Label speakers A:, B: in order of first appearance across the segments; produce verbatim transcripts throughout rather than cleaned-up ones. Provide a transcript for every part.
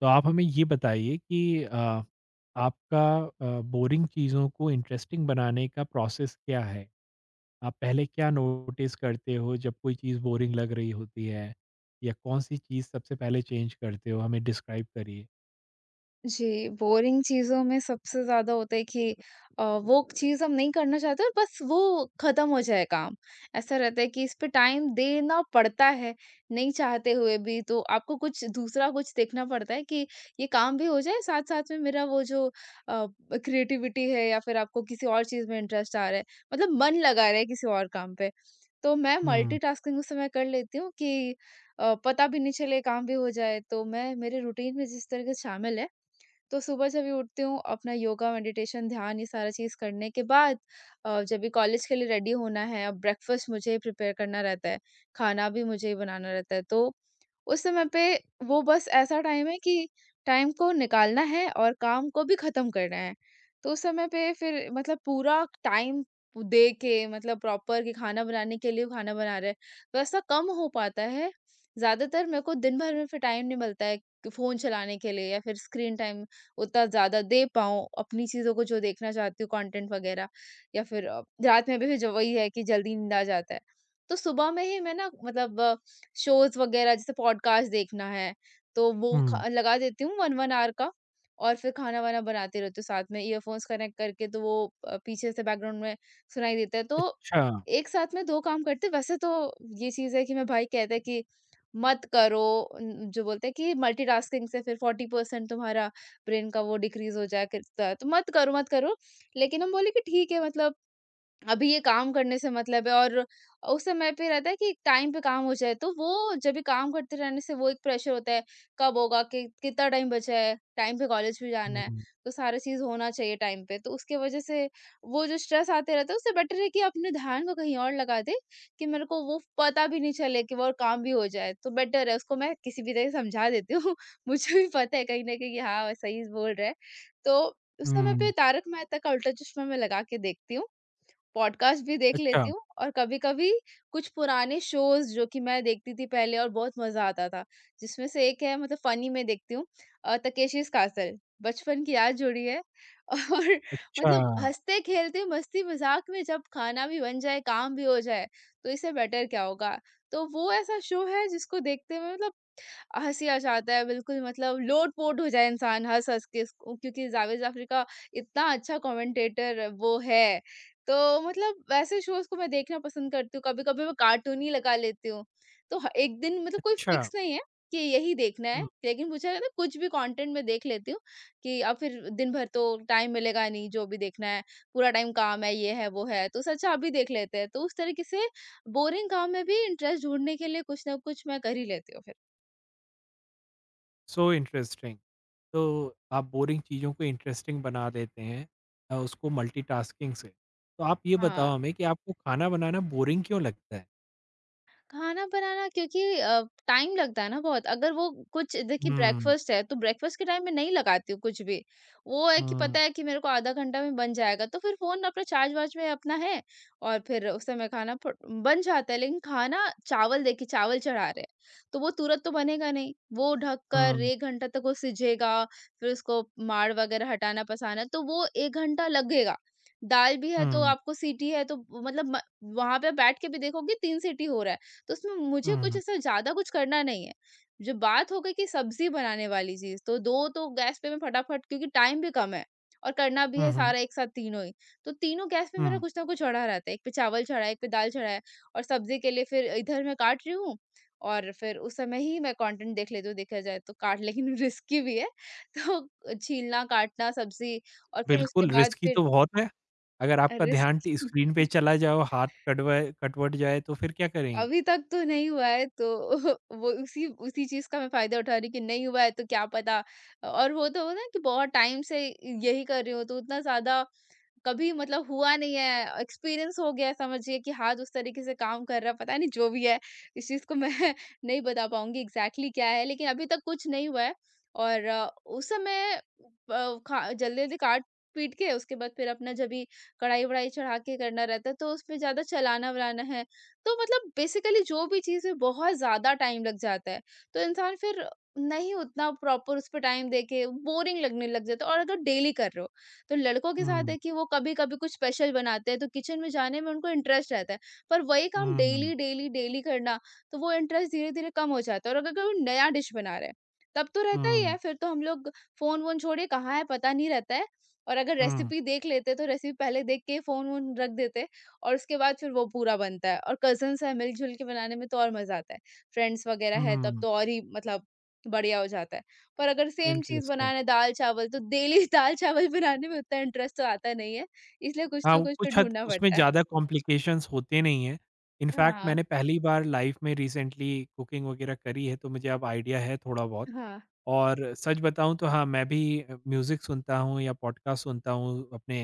A: तो आप हमें ये बताइए कि अ, आपका अ, बोरिंग चीज़ों को इंटरेस्टिंग बनाने का प्रोसेस क्या है? आप पहले क्या नोटिस करते हो जब कोई चीज़ बोरिंग लग रही होती है? या कौन-सी चीज़ सबसे पहले चेंज करते हो? हमें डिस्क्राइब करिए।
B: जी। बोरिंग चीज़ों में सबसे ज़्यादा होता है कि अ, वो चीज़ हम नहीं करना चाहते और बस वो ख़त्म हो जाए काम। ऐसा रहता है कि इस पे टाइम देना पड़ता है, नहीं चाहते हुए भी, तो आपको कुछ दूसरा कुछ देखना पड़ता है कि ये काम भी हो जाए, साथ-साथ में मेरा वो जो अ, क्रिएटिविटी है, या फिर आपको किसी और चीज़ में इंटरेस्ट आ रहा है, मतलब मन लगा रहा है किसी और काम पे। तो मैं
A: हुँ,
B: मल्टीटास्किंग उस समय कर लेती हूँ कि अ, पता भी नहीं चले, काम भी हो जाए। तो मैं, मेरे रूटीन में जिस तरह से शामिल है, तो सुबह जब भी उठती हूँ, अपना योगा, मेडिटेशन, ध्यान ये सारा चीज़ करने के बाद अ, जब भी कॉलेज के लिए रेडी होना है, अब ब्रेकफास्ट मुझे ही प्रिपेयर करना रहता है, खाना भी मुझे ही बनाना रहता है। तो उस समय पे वो बस ऐसा टाइम है कि टाइम को निकालना है और काम को भी खत्म करना है। तो उस समय पे फिर मतलब पूरा टाइम दे के, मतलब प्रॉपर कि खाना बनाने के लिए खाना बना रहे, वैसा कम हो पाता है। ज्यादातर मेरे को दिन भर में फिर टाइम नहीं मिलता है फोन चलाने के लिए, या फिर स्क्रीन टाइम उतना ज़्यादा दे पाऊँ अपनी चीज़ों को जो देखना चाहती हूँ, कंटेंट वगैरह। या फिर अ, रात में भी फिर जो वही है कि जल्दी नींद आ जाता है। तो सुबह में ही मैं ना मतलब शोज़ वगैरह जैसे पॉडकास्ट देखना है, तो वो
A: हुँ,
B: ख लगा देती हूँ एक एक आवर का। और फिर खाना-वाना बनाते रहती हूँ, साथ में ईयरफ़ोन्स कनेक्ट करके, तो वो अ, पीछे से बैकग्राउंड में सुनाई देता है। तो
A: अच्छा।
B: एक साथ में दो काम करते, वैसे तो ये चीज़ है कि मेरा भाई कहता है कि मत करो। उम, जो बोलते हैं कि मल्टीटास्किंग से फिर चालीस परसेंट तुम्हारा ब्रेन का वो डिक्रीज़ हो जाया करता है, तो मत करो, मत करो। लेकिन हम बोले कि ठीक है, मतलब अभी ये काम करने से मतलब है। और उस समय पे रहता है कि टाइम पे काम हो जाए, तो वो जब भी काम करते रहने से वो एक प्रेशर होता है, कब होगा कि कितना टाइम बचा है, टाइम पे कॉलेज भी जाना है।
A: हुँ,
B: तो सारी चीज होना चाहिए टाइम पे, तो उसके वजह से वो जो स्ट्रेस आते रहता है, उससे बेटर है कि अपने ध्यान को कहीं और लगा दे, कि मेरे को वो पता भी नहीं चले कि वो और काम भी हो जाए। तो बेटर है उसको मैं किसी भी तरह समझा देती हूँ। मुझे भी पता है, कहीं ना कहीं कि हाँ, वो सही बोल रहा है। तो उस समय पे
A: हुँ,
B: तारक मेहता का उल्टा चश्मा मैं लगा के देखती हूँ, पॉडकास्ट भी देख
A: अच्छा,
B: लेती हूँ, और कभी-कभी कुछ पुराने शोज़ जो कि मैं देखती थी पहले और बहुत मज़ा आता था। जिसमें से एक है, मतलब फ़नी में देखती हूँ, अ, तकेशीस कासल, बचपन की याद जुड़ी है। और
A: अच्छा,
B: मतलब हँसते-खेलते, मस्ती-मज़ाक में जब खाना भी बन जाए, काम भी हो जाए, तो इससे बेटर क्या होगा? तो वो ऐसा शो है जिसको देखते हुए मतलब हँसी आ जाता है, बिल्कुल मतलब लोट-पोट हो जाए इंसान हँस-हँस के इसको, क्योंकि जावेद जाफ़री का इतना अच्छा कमेंटेटर वो है। तो मतलब वैसे शोज़ को मैं देखना पसंद करती हूँ, कभी-कभी मैं कार्टून ही लगा लेती हूँ। तो ह एक दिन मतलब कोई
A: अच्छा।
B: फिक्स नहीं है कि यही देखना है,
A: हुँ,
B: लेकिन मुझे ना कुछ भी कंटेंट मैं देख लेती हूँ, कि अब फिर दिन भर तो टाइम मिलेगा नहीं जो भी देखना है, पूरा टाइम काम है, ये है, वो है, तो सोचा अच्छा अभी देख लेते हैं। तो उस तरीके से बोरिंग काम में भी इंटरेस्ट ढूँढने के लिए कुछ ना कुछ मैं कर ही लेती हूँ फिर।
A: So interesting. तो आप बोरिंग चीज़ों को इंटरेस्टिंग बना देते हैं अ, उसको मल्टीटास्किंग से। तो आप ये बताओ
B: हाँ।
A: हमें कि आपको खाना बनाना बोरिंग क्यों लगता है?
B: खाना बनाना क्योंकि अ, टाइम लगता है ना बहुत। अगर वो कुछ देखिए,
A: हुँ,
B: ब्रेकफास्ट है तो ब्रेकफास्ट के टाइम में नहीं लगाती हूँ कुछ भी। वो है कि
A: हुँ,
B: पता है कि मेरे को आधा घंटा में बन जाएगा, तो फिर फोन अपना चार्ज वार्ज में अपना है, और फिर उस समय खाना फट- बन जाता है। लेकिन खाना, चावल देखिए, चावल चढ़ा रहे हैं, तो वो तुरंत तो बनेगा नहीं, वो ढक कर
A: हुँ,
B: एक घंटा तक वो सिझेगा। फिर उसको माड़ वगैरह हटाना, पसाना, तो वो एक घंटा लगेगा। दाल भी है, तो
A: हुँ,
B: आपको सीटी है, तो मतलब वहां पे बैठ के भी देखोगे, तीन सीटी हो रहा है, तो उसमें मुझे कुछ
A: हुँ,
B: ऐसा ज़्यादा कुछ करना नहीं है। जो बात हो गई कि सब्ज़ी बनाने वाली चीज़, तो दो तो गैस पे मैं फटाफट, क्योंकि टाइम भी कम है और करना भी
A: हुँ,
B: है
A: हुँ,
B: सारा एक साथ तीनों ही। तो तीनों गैस पे मेरा
A: हुँ।
B: कुछ ना कुछ चढ़ा रहता है। एक पे चावल चढ़ा है, एक पे दाल चढ़ा है, और सब्ज़ी के लिए फिर इधर मैं काट रही हूँ। और फिर उस समय ही मैं कंटेंट देख लेती हूँ, देखा जाए तो काट, लेकिन रिस्की भी है। तो छीलना, काटना सब्ज़ी, और फिर उसके
A: बिल्कुल,
B: बाद
A: रिस्की
B: फिर
A: तो बहुत है। अगर आपका
B: रिस्क।
A: ध्यान टी स्क्रीन पे चला जाओ, हाथ कटवाए कटवट जाए तो फिर क्या करेंगी?
B: अभी तक तो नहीं हुआ है तो वो उसी उसी चीज़ का मैं फ़ायदा उठा रही हूँ कि नहीं हुआ है तो क्या पता। और वो तो हो ना कि बहुत टाइम से यही कर रही हूँ, तो उतना ज़्यादा कभी मतलब हुआ नहीं है, एक्सपीरियंस हो गया है समझिए कि हाथ उस तरीके से काम कर रहा है, पता नहीं जो भी है, इस चीज़ को मैं नहीं बता पाऊँगी एग्ज़ैक्टली क्या है, लेकिन अभी तक कुछ नहीं हुआ है। और अ, उस समय ब खा जल्दी-जल्दी काट-पीट के उसके बाद फिर अपना जब भी कढ़ाई-वढ़ाई चढ़ा के करना रहता है, तो उसमें ज़्यादा चलाना-वलाना है। तो मतलब बेसिकली जो भी चीज़ है, बहुत ज़्यादा टाइम लग जाता है, तो इंसान फिर नहीं उतना प्रॉपर उस पे टाइम दे के, बोरिंग लगने लग जाता है। और अगर डेली कर रहे हो, तो लड़कों के साथ
A: हुँ,
B: है कि वो कभी-कभी कुछ स्पेशल बनाते हैं, तो किचन में जाने में उनको इंटरेस्ट रहता है। पर वही काम
A: हुँ,
B: डेली, डेली, डेली करना, तो वो इंटरेस्ट धीरे-धीरे कम हो जाता है। और अगर कोई नया डिश बना रहा है, तब तो रहता ही
A: हुँ,
B: है, फिर तो हम लोग फ़ोन-वोन छोड़िए, कहाँ है पता नहीं रहता है। और अगर
A: हुँ,
B: रेसिपी देख लेते, तो रेसिपी पहले देख के फ़ोन-वोन रख देते, और उसके बाद फिर वो पूरा बनता है। और कज़न्स हैं, मिल-जुल के बनाने में तो और मज़ा आता है। फ्रेंड्स वगैरह है तब
A: हुँ।
B: तो और ही मतलब बढ़िया हो जाता है। पर अगर सेम चीज़
A: इंटरेस्टिंग।
B: बनाना है दाल-चावल, तो डेली दाल-चावल बनाने में उतना इंटरेस्ट तो आता नहीं है, इसलिए कुछ
A: हाँ,
B: ना
A: वो
B: कुछ तो
A: कुछ हद
B: ढूँढना
A: उसमें
B: पड़ता है।
A: ज़्यादा कॉम्प्लिकेशंस होते नहीं हैं। इनफैक्ट
B: हाँ,
A: मैंने पहली बार लाइफ़ में रिसेंटली कुकिंग वगैरह करी है, तो मुझे अब आइडिया है थोड़ा बहुत।
B: हाँ,
A: और सच बताऊँ तो हाँ, मैं भी अ, म्यूज़िक सुनता हूँ या पॉडकास्ट सुनता हूँ अपने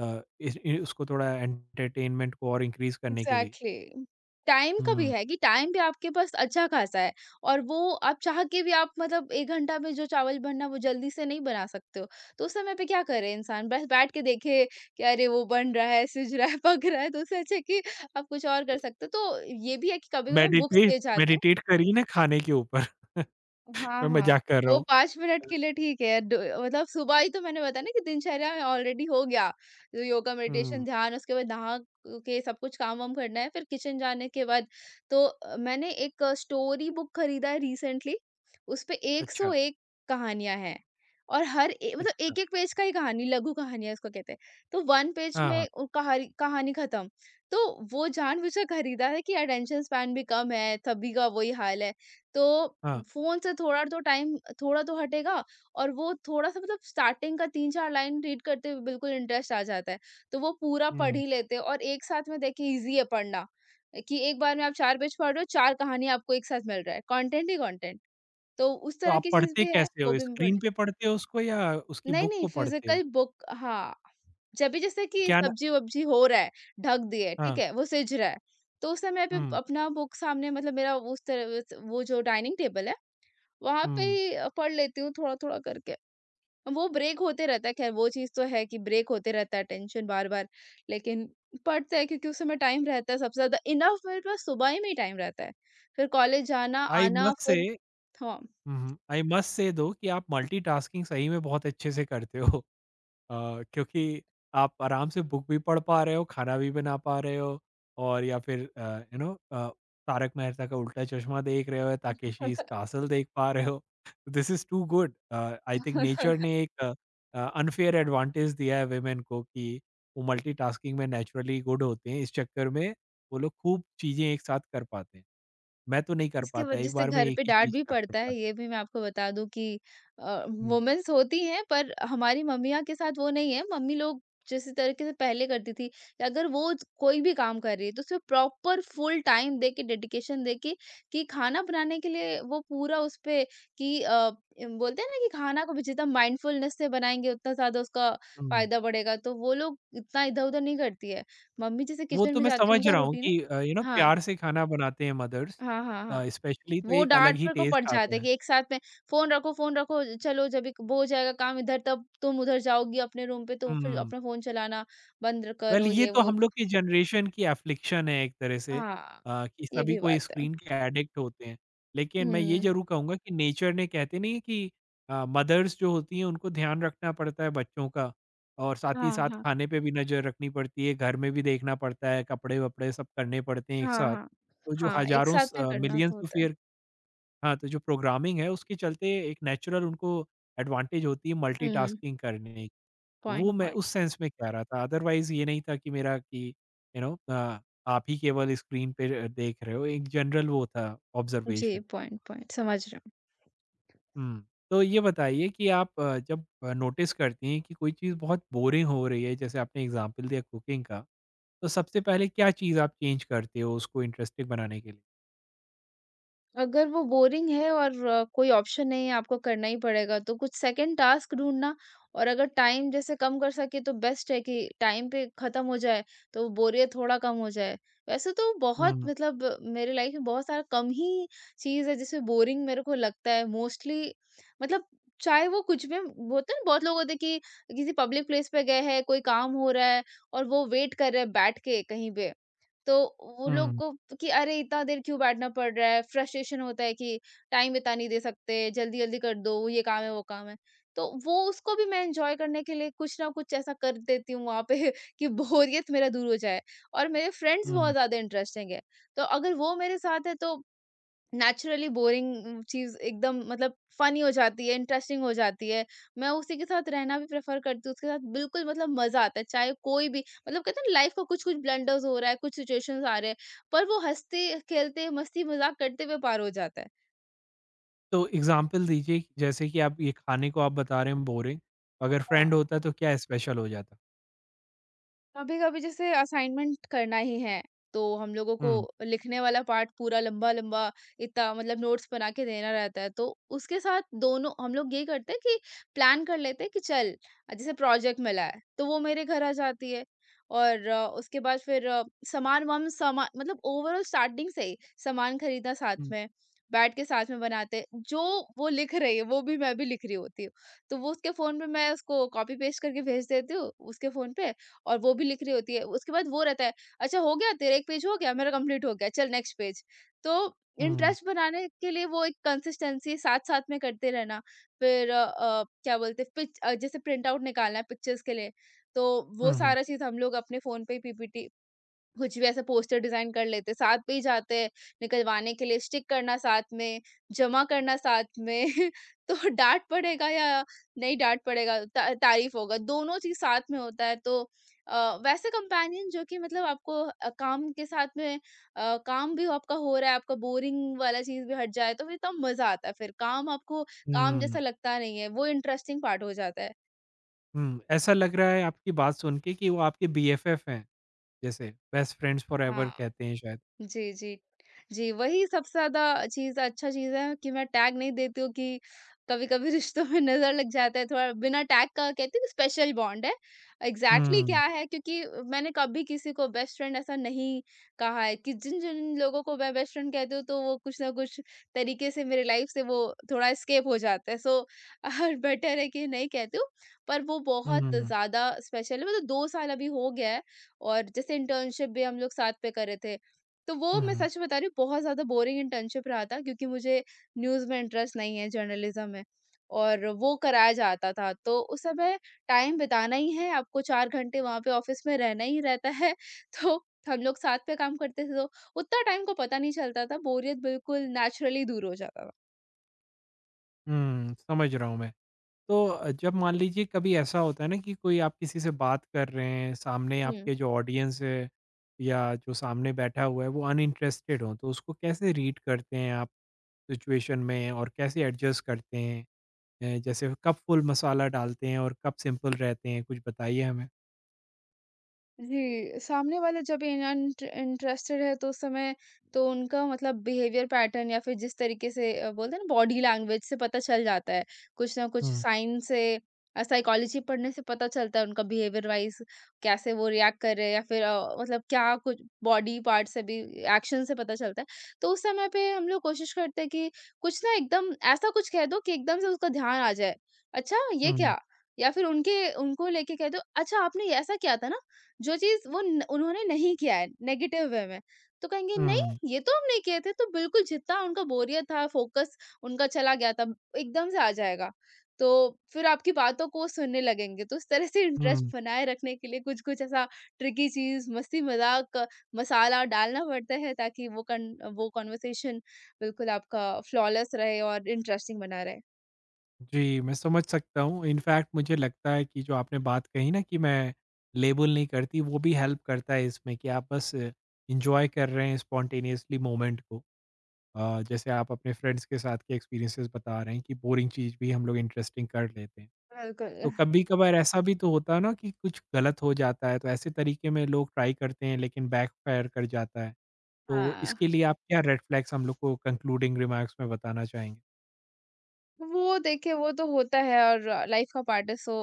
A: अ, इस इ उसको थोड़ा एंटरटेनमेंट को और इंक्रीज़ करने के लिए।
B: एग्ज़ैक्टली। टाइम का भी
A: हुँ,
B: है कि टाइम भी आपके पास अच्छा-खासा है, और वो आप चाह के भी, आप मतलब एक घंटा में जो चावल बनना, वो जल्दी से नहीं बना सकते हो, तो उस समय पे क्या करे इंसान, बस बैठ के देखे कि अरे वो बन रहा है, सिज रहा है, पक रहा है, तो उससे अच्छा है कि आप कुछ और कर सकते हो। तो ये भी है कि कभी-कभी मैं बुक्स
A: मेडिटेट
B: ले जाती हूँ।
A: मेडिटेट करिए ना खाने के ऊपर,
B: हाँ,
A: मैं
B: हाँ।
A: मज़ाक कर रहा
B: वो
A: हूँ।
B: पाँच मिनट के लिए ठीक है। ड मतलब सुबह ही तो मैंने बताया ना कि दिनचर्या में ऑलरेडी हो गया। तो योगा,
A: हुँ,
B: मेडिटेशन, ध्यान उसके बाद नहा के सब कुछ काम-वाम करना है, फिर किचन जाने के बाद तो अ, मैंने एक स्टोरी बुक खरीदा है रिसेंटली। उसपे
A: अच्छा,
B: एक सौ एक कहानियाँ हैं, और हर ए मतलब
A: अच्छा।
B: एक-एक पेज का ही कहानी, लघु कहानियाँ उसको कहते हैं। तो एक पेज
A: हाँ, हाँ,
B: में उ कहारी कहानी खत्म। तो वो जानबूझकर खरीदा है कि अटेंशन स्पैन भी कम है, सभी का वही हाल है। तो
A: हाँ।
B: फ़ोन से थोड़ा तो टाइम, थोड़ा तो हटेगा, और वो थोड़ा-सा मतलब स्टार्टिंग का तीन चार लाइन रीड करते हुए बिल्कुल इंटरेस्ट आ जाता है। तो वो पूरा पढ़
A: हुँ।
B: ही लेते हैं, और एक साथ में देखिए ईज़ी है पढ़ना, कि एक बार में आप चार पेज पढ़ रहे हो, चार कहानियाँ आपको एक साथ मिल रहा है, कंटेंट ही कंटेंट। तो उस
A: तो
B: तरह
A: आप
B: की चीज़
A: पढ़ते
B: भी है,
A: कैसे
B: वो
A: हो?
B: भी मैं पढ़।
A: स्क्रीन पे पढ़ते हो उसको या उसकी
B: नहीं,
A: बुक
B: नहीं,
A: को पढ़ते हो?
B: Physical book. हाँ, जब भी जैसे कि
A: क्या ना
B: सब्ज़ी-वब्ज़ी हो रहा है, ढक दी है, ठीक
A: हाँ,
B: है? वो सिज रहा है। तो उस समय पे
A: हुँ,
B: अपना बुक सामने, मतलब मेरा उस तरह उस- वो जो डाइनिंग टेबल है, वहाँ पे
A: हुँ।
B: ही अ, पढ़ लेती हूँ थोड़ा-थोड़ा करके। वो ब्रेक होते रहता है, खैर वो चीज़ तो है कि ब्रेक होते रहता है, टेंशन बार-बार, लेकिन पढ़ते हैं क्योंकि उस समय टाइम रहता है सबसे ज़्यादा इनफ मेरे पास, सुबह ही में ही टाइम रहता है। फिर कॉलेज जाना,
A: आई
B: आना,
A: मस्ट से
B: फिर हाँ।
A: हुँ, हुँ। आई मस्ट से दो कि आप मल्टीटास्किंग सही में बहुत अच्छे से करते हो। अ, क्योंकि आप आराम से बुक भी पढ़ पा रहे हो, खाना भी बना पा रहे हो और या फिर uh, you know uh, Taarak Mehta Ka Ooltah चश्मा देख रहे हो, ताकेशीज़ कासल देख पा रहे हो। This is too good. Uh, I think nature ने एक अ, अनफेयर एडवांटेज दिया है वुमेन को कि वो मल्टीटास्किंग में नेचुरली गुड होते हैं। इस चक्कर में वो लोग खूब चीज़ें एक साथ कर पाते हैं। मैं तो नहीं कर
B: इसकी
A: पाता,
B: वजह
A: एक
B: से
A: बार में
B: घर
A: एक
B: पे
A: ही
B: डाँट
A: चीज़
B: भी
A: कर
B: पड़ता
A: पाता।
B: है, ये भी मैं आपको बता दूँ कि अ,
A: हुँ,
B: वुमेन्स होती हैं, पर हमारी मम्मियाँ के साथ वो नहीं है। मम्मी लोग जिस तरीके से पहले करती थी, कि अगर वो कोई भी काम कर रही है तो उसे प्रॉपर फुल टाइम दे के, डेडिकेशन दे के, कि खाना बनाने के लिए वो पूरा उस पे, कि अ, इम, बोलते हैं ना कि खाना को भी जितना माइंडफुलनेस से बनाएँगे उतना ज़्यादा उसका
A: हुँ।
B: फ़ायदा बढ़ेगा, तो वो लोग इतना इधर-उधर नहीं करती है। मम्मी जैसे
A: वो
B: किचन
A: तो
B: में
A: मैं
B: जाती है,
A: समझ रहा
B: उनका
A: हूँ
B: रूटीन है।
A: कि अ, यू नो
B: हाँ।
A: प्यार से खाना बनाते हैं मदर्स।
B: हाँ, हाँ, हाँ।
A: अ, स्पेशली तो
B: वो
A: एक अलग
B: डाँट
A: ही
B: पर को
A: टेस्ट
B: पड़ जाता
A: आता
B: है
A: है।
B: कि एक साथ में फ़ोन रखो, फ़ोन रखो, चलो जब एक वो हो जाएगा काम इधर तब तुम उधर जाओगी अपने रूम पे तो फिर
A: हुँ,
B: अपना फ़ोन चलाना, बंद
A: वेल
B: करो
A: ये
B: ये
A: तो
B: वो
A: हम
B: तो।
A: लोग की जनरेशन की एफ्लिक्शन है एक तरह से
B: हाँ,
A: अ, कि
B: ये
A: सभी
B: भी
A: कोई
B: बात है।
A: स्क्रीन के एडिक्ट होते हैं। लेकिन मैं ये
B: हुँ,
A: ज़रूर कहूँगा कि नेचर ने कहते नहीं है कि अ, मदर्स जो होती हैं उनको ध्यान रखना पड़ता है बच्चों का और साथ ही
B: हाँ,
A: साथ
B: हाँ।
A: खाने पे भी नज़र रखनी पड़ती है, घर में भी देखना पड़ता है, कपड़े-वपड़े सब करने पड़ते हैं एक
B: हाँ,
A: साथ।
B: हाँ।
A: तो जो
B: हाँ, एक
A: हज़ारों
B: साथ
A: स
B: में
A: अ,
B: करना
A: मिलियंस
B: तो
A: ऑफ
B: होता है।
A: ईयर हाँ, तो जो प्रोग्रामिंग है उसके चलते एक नेचुरल उनको एडवांटेज होती है
B: हुँ,
A: मल्टीटास्किंग करने की। वो
B: पॉइंट
A: मैं
B: पॉइंट।
A: उस सेंस में कह रहा था अदरवाइज़ ये नहीं था कि मेरा कि यू नो अ, आप ही केवल स्क्रीन पे अ, देख रहे हो एक जनरल वो था
B: जी,
A: ऑब्ज़र्वेशन।
B: पॉइंट पॉइंट समझ रही हूँ।
A: हुँ, तो ये बताइए कि आप अ, जब अ, नोटिस करती हैं कि कोई चीज़ बहुत बोरिंग हो रही है जैसे आपने एग्ज़ाम्पल दिया कुकिंग का, तो सबसे पहले क्या चीज़ आप चेंज करते हो उसको इंटरेस्टिंग बनाने के लिए?
B: अगर वो बोरिंग है और अ, कोई ऑप्शन नहीं है, आपको करना ही पड़ेगा, तो कुछ सेकंड टास्क ढूँढना, और अगर टाइम जैसे कम कर सके तो बेस्ट है कि टाइम पे ख़त्म हो जाए, तो बोरियत थोड़ा कम हो जाए। वैसे तो बहुत,
A: हुँ,
B: मतलब मेरे लाइफ़ में बहुत सारा कम ही चीज़ है जिसमें बोरिंग मेरे को लगता है मोस्टली, मतलब चाहे वो कुछ भी होता है ना, बहुत लोग होते हैं कि किसी पब्लिक प्लेस पे गए हैं, कोई काम हो रहा है और वो वेट कर रहे हैं बैठ के कहीं पे। तो वो लोग
A: हुँ,
B: को कि अरे इतना देर क्यों बैठना पड़ रहा है, फ्रस्ट्रेशन होता है कि टाइम इतना नहीं दे सकते, जल्दी जल्दी कर दो, ये काम है, वो काम है। तो वो उसको भी मैं एंजॉय करने के लिए कुछ ना कुछ ऐसा कर देती हूँ वहां पे, कि बोरियत मेरा दूर हो जाए। और मेरे फ्रेंड्स
A: हुँ।
B: बहुत ज्यादा इंटरेस्टिंग है, तो अगर वो मेरे साथ है तो नेचुरली बोरिंग चीज़ एकदम, मतलब फ़नी हो जाती है, इंटरेस्टिंग हो जाती है। मैं उसी के साथ रहना भी प्रेफ़र करती हूँ, उसके साथ बिल्कुल मतलब मज़ा आता है। चाहे कोई भी, मतलब कहते हैं ना, लाइफ़ का कुछ-कुछ ब्लंडर्स हो रहा है, कुछ सिचुएशंस आ रहे हैं, पर वो हँसते, खेलते, मस्ती-मज़ाक करते हुए पार हो जाता
A: तो एग्ज़ाम्पल दीजिए कि जैसे कि आप ये खाने को आप बता रहे हैं बोरिंग, अगर
B: है।
A: फ्रेंड होता तो क्या स्पेशल हो जाता?
B: कभी कभी जैसे असाइनमेंट करना ही है, तो हम लोगों को
A: हुँ,
B: लिखने वाला पार्ट पूरा, लंबा लंबा, इतना मतलब नोट्स बना के देना रहता है, तो उसके साथ दोनों हम लोग ये करते हैं कि प्लान कर लेते हैं कि चल, जैसे प्रोजेक्ट मिला है तो वो मेरे घर आ जाती है और अ, उसके बाद फिर अ, सामान वाम, सामान मतलब ओवरऑल स्टार्टिंग से ही सामान खरीदना साथ
A: हुँ,
B: में, बैठ के साथ में बनाते हैं। जो वो लिख रही है, वो भी मैं भी लिख रही होती हूँ, तो वो उसके फोन पे, मैं उसको कॉपी पेस्ट करके भेज देती हूँ उसके फोन पे, और वो भी लिख रही होती है। उसके बाद वो रहता है, अच्छा हो गया तेरा एक पेज, हो गया मेरा कंप्लीट, हो गया चल नेक्स्ट पेज। तो
A: हुँ,
B: इंटरेस्ट बनाने के लिए वो एक कंसिस्टेंसी, साथ साथ में करते रहना। फिर अ, अ, क्या बोलते हैं, पिच, अ, जैसे प्रिंट आउट निकालना है पिक्चर्स के लिए, तो वो
A: हुँ, हुँ,
B: सारा चीज हम लोग अपने फोन पे पीपीटी, कुछ भी ऐसा पोस्टर डिजाइन कर लेते, साथ में ही जाते हैं निकलवाने के लिए, स्टिक करना साथ में, जमा करना साथ में। तो डांट पड़ेगा या नहीं, डांट पड़ेगा, ता, तारीफ होगा, दोनों चीज साथ में होता है। तो अ, वैसे कंपेनियन जो कि, मतलब आपको अ, काम के साथ में, अ, काम भी आपका हो रहा है, आपका बोरिंग वाला चीज भी हट जाए, तो फिर तब मजा आता है, फिर काम आपको काम जैसा
A: हुँ,
B: लगता नहीं है, वो इंटरेस्टिंग पार्ट हो जाता है।
A: हुँ, ऐसा लग रहा है आपकी बात सुन के कि वो आपके बी एफ एफ हैं, जैसे बेस्ट फ्रेंड्स फॉरएवर
B: हाँ।
A: कहते हैं शायद।
B: जी, जी। जी, वही सबसे ज़्यादा चीज़ अच्छा चीज़ है कि मैं टैग नहीं देती हूँ, कि कभी-कभी रिश्तों में नज़र लग जाता है थोड़ा, बिना टैग का कहते हैं ना, स्पेशल बॉन्ड है, एग्ज़ैक्टली
A: हुँ,
B: क्या है, क्योंकि मैंने कभी किसी को बेस्ट फ्रेंड ऐसा नहीं कहा है। कि जिन-जिन लोगों को मैं बेस्ट फ्रेंड कहती हूँ, तो वो कुछ न कुछ तरीके से मेरी लाइफ़ से वो थोड़ा एस्केप हो जाता है। सो बेटर है कि नहीं कहती हूँ, पर वो बहुत
A: हुँ,
B: ज़्यादा स्पेशल है, मतलब दो साल अभी हो गया है, और जैसे इंटर्नशिप भी हम लोग साथ पे कर रहे थे। तो वो, मैं
A: हुँ,
B: सच बता रही हूँ, बहुत ज़्यादा बोरिंग इंटर्नशिप रहा था, क्योंकि मुझे न्यूज़ में इंटरेस्ट नहीं है, जर्नलिज़्म में, और वो कराया जाता था। तो उस समय टाइम बिताना ही है, आपको चार घंटे वहाँ पे ऑफ़िस में रहना ही रहता है। तो हम लोग साथ में काम करते थे, तो उतना टाइम को पता नहीं चलता था, बोरियत बिल्कुल नेचुरली दूर हो जाता था।
A: हुँ, समझ रहा हूँ मैं। तो अ, जब मान लीजिए कभी ऐसा होता है ना कि कोई आप किसी से बात कर रहे हैं, सामने
B: हुँ।
A: आपके जो ऑडियंस है या जो सामने बैठा हुआ है वो अनइंटरेस्टेड हो, तो उसको कैसे रीड करते हैं आप? सिचुएशन में और कैसे एडजस्ट करते हैं? अ, जैसे कब फुल मसाला डालते हैं और कब सिंपल रहते हैं? कुछ बताइए हमें।
B: जी, सामने वाला जब इंट इंटरेस्टेड है, तो उस समय, तो उनका मतलब बिहेवियर पैटर्न, या फिर जिस तरीके से, अ, बोलते हैं ना, बॉडी लैंग्वेज से पता चल जाता है, कुछ ना कुछ
A: हुँ,
B: साइन से, अ, साइकोलॉजी पढ़ने से पता चलता है, उनका बिहेवियर वाइज़ कैसे वो रिएक्ट कर रहे हैं, या फिर अ, मतलब क्या, कुछ बॉडी पार्ट से भी, एक्शन से पता चलता है। तो उस समय पे हम लोग कोशिश करते हैं कि कुछ ना, एकदम ऐसा कुछ कह दो कि एकदम से उसका ध्यान आ जाए, अच्छा ये
A: हुँ,
B: क्या? या फिर उनके, उनको लेके कह दो, अच्छा आपने ये ऐसा किया था ना? जो चीज़ वो न उन्होंने नहीं किया है नेगेटिव वे में, तो कहेंगे
A: हुँ,
B: नहीं ये तो हम नहीं किए थे, तो बिल्कुल जितना उनका बोरियत था, फ़ोकस उनका चला गया था, एकदम से आ जाएगा। तो फिर आपकी बातों को सुनने लगेंगे, तो इस तरह से इंटरेस्ट
A: हुँ।
B: बनाए रखने के लिए कुछ-कुछ ऐसा ट्रिकी चीज़, मस्ती-मज़ाक, मसाला डालना पड़ता है, ताकि वो कन वो कन्वर्सेशन बिल्कुल आपका फ्लॉलेस रहे और इंटरेस्टिंग बना रहे।
A: जी, मैं समझ सकता हूँ। इनफैक्ट मुझे लगता है कि जो आपने बात कही ना कि मैं लेबल नहीं करती, वो भी हेल्प करता है इसमें कि आप बस एन्जॉय कर रहे हैं स्पॉन्टेनियसली मोमेंट को। अ, जैसे आप अपने फ्रेंड्स के साथ के एक्सपीरियंसेस बता रहे हैं कि बोरिंग चीज़ भी हम लोग इंटरेस्टिंग कर लेते हैं।
B: बिल्कुल,
A: तो कभी-कभार ऐसा भी तो होता है ना कि कुछ गलत हो जाता है, तो ऐसे तरीके में लोग ट्राई करते हैं लेकिन बैकफायर कर जाता है। तो
B: हाँ।
A: इसके लिए आप क्या रेड फ्लैग्स हम लोग को कंक्लूडिंग रिमार्क्स में बताना चाहेंगे?
B: वो देखिए, वो तो होता है, और लाइफ का पार्ट है, सो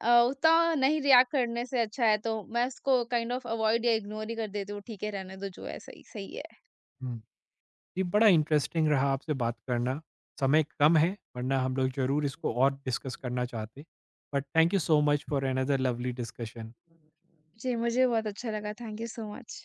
B: अ, उतना नहीं रिएक्ट करने से अच्छा है, तो मैं उसको काइंड ऑफ अवॉइड या इग्नोर ही कर देती हूँ, ठीक है, रहने दो, जो है सही सही है।
A: हुँ। जी, बड़ा इंटरेस्टिंग रहा आपसे बात करना। समय कम है, वरना हम लोग ज़रूर इसको और डिस्कस करना चाहते। But thank you so much for another lovely discussion.
B: जी, मुझे बहुत अच्छा लगा, थैंक यू सो मच।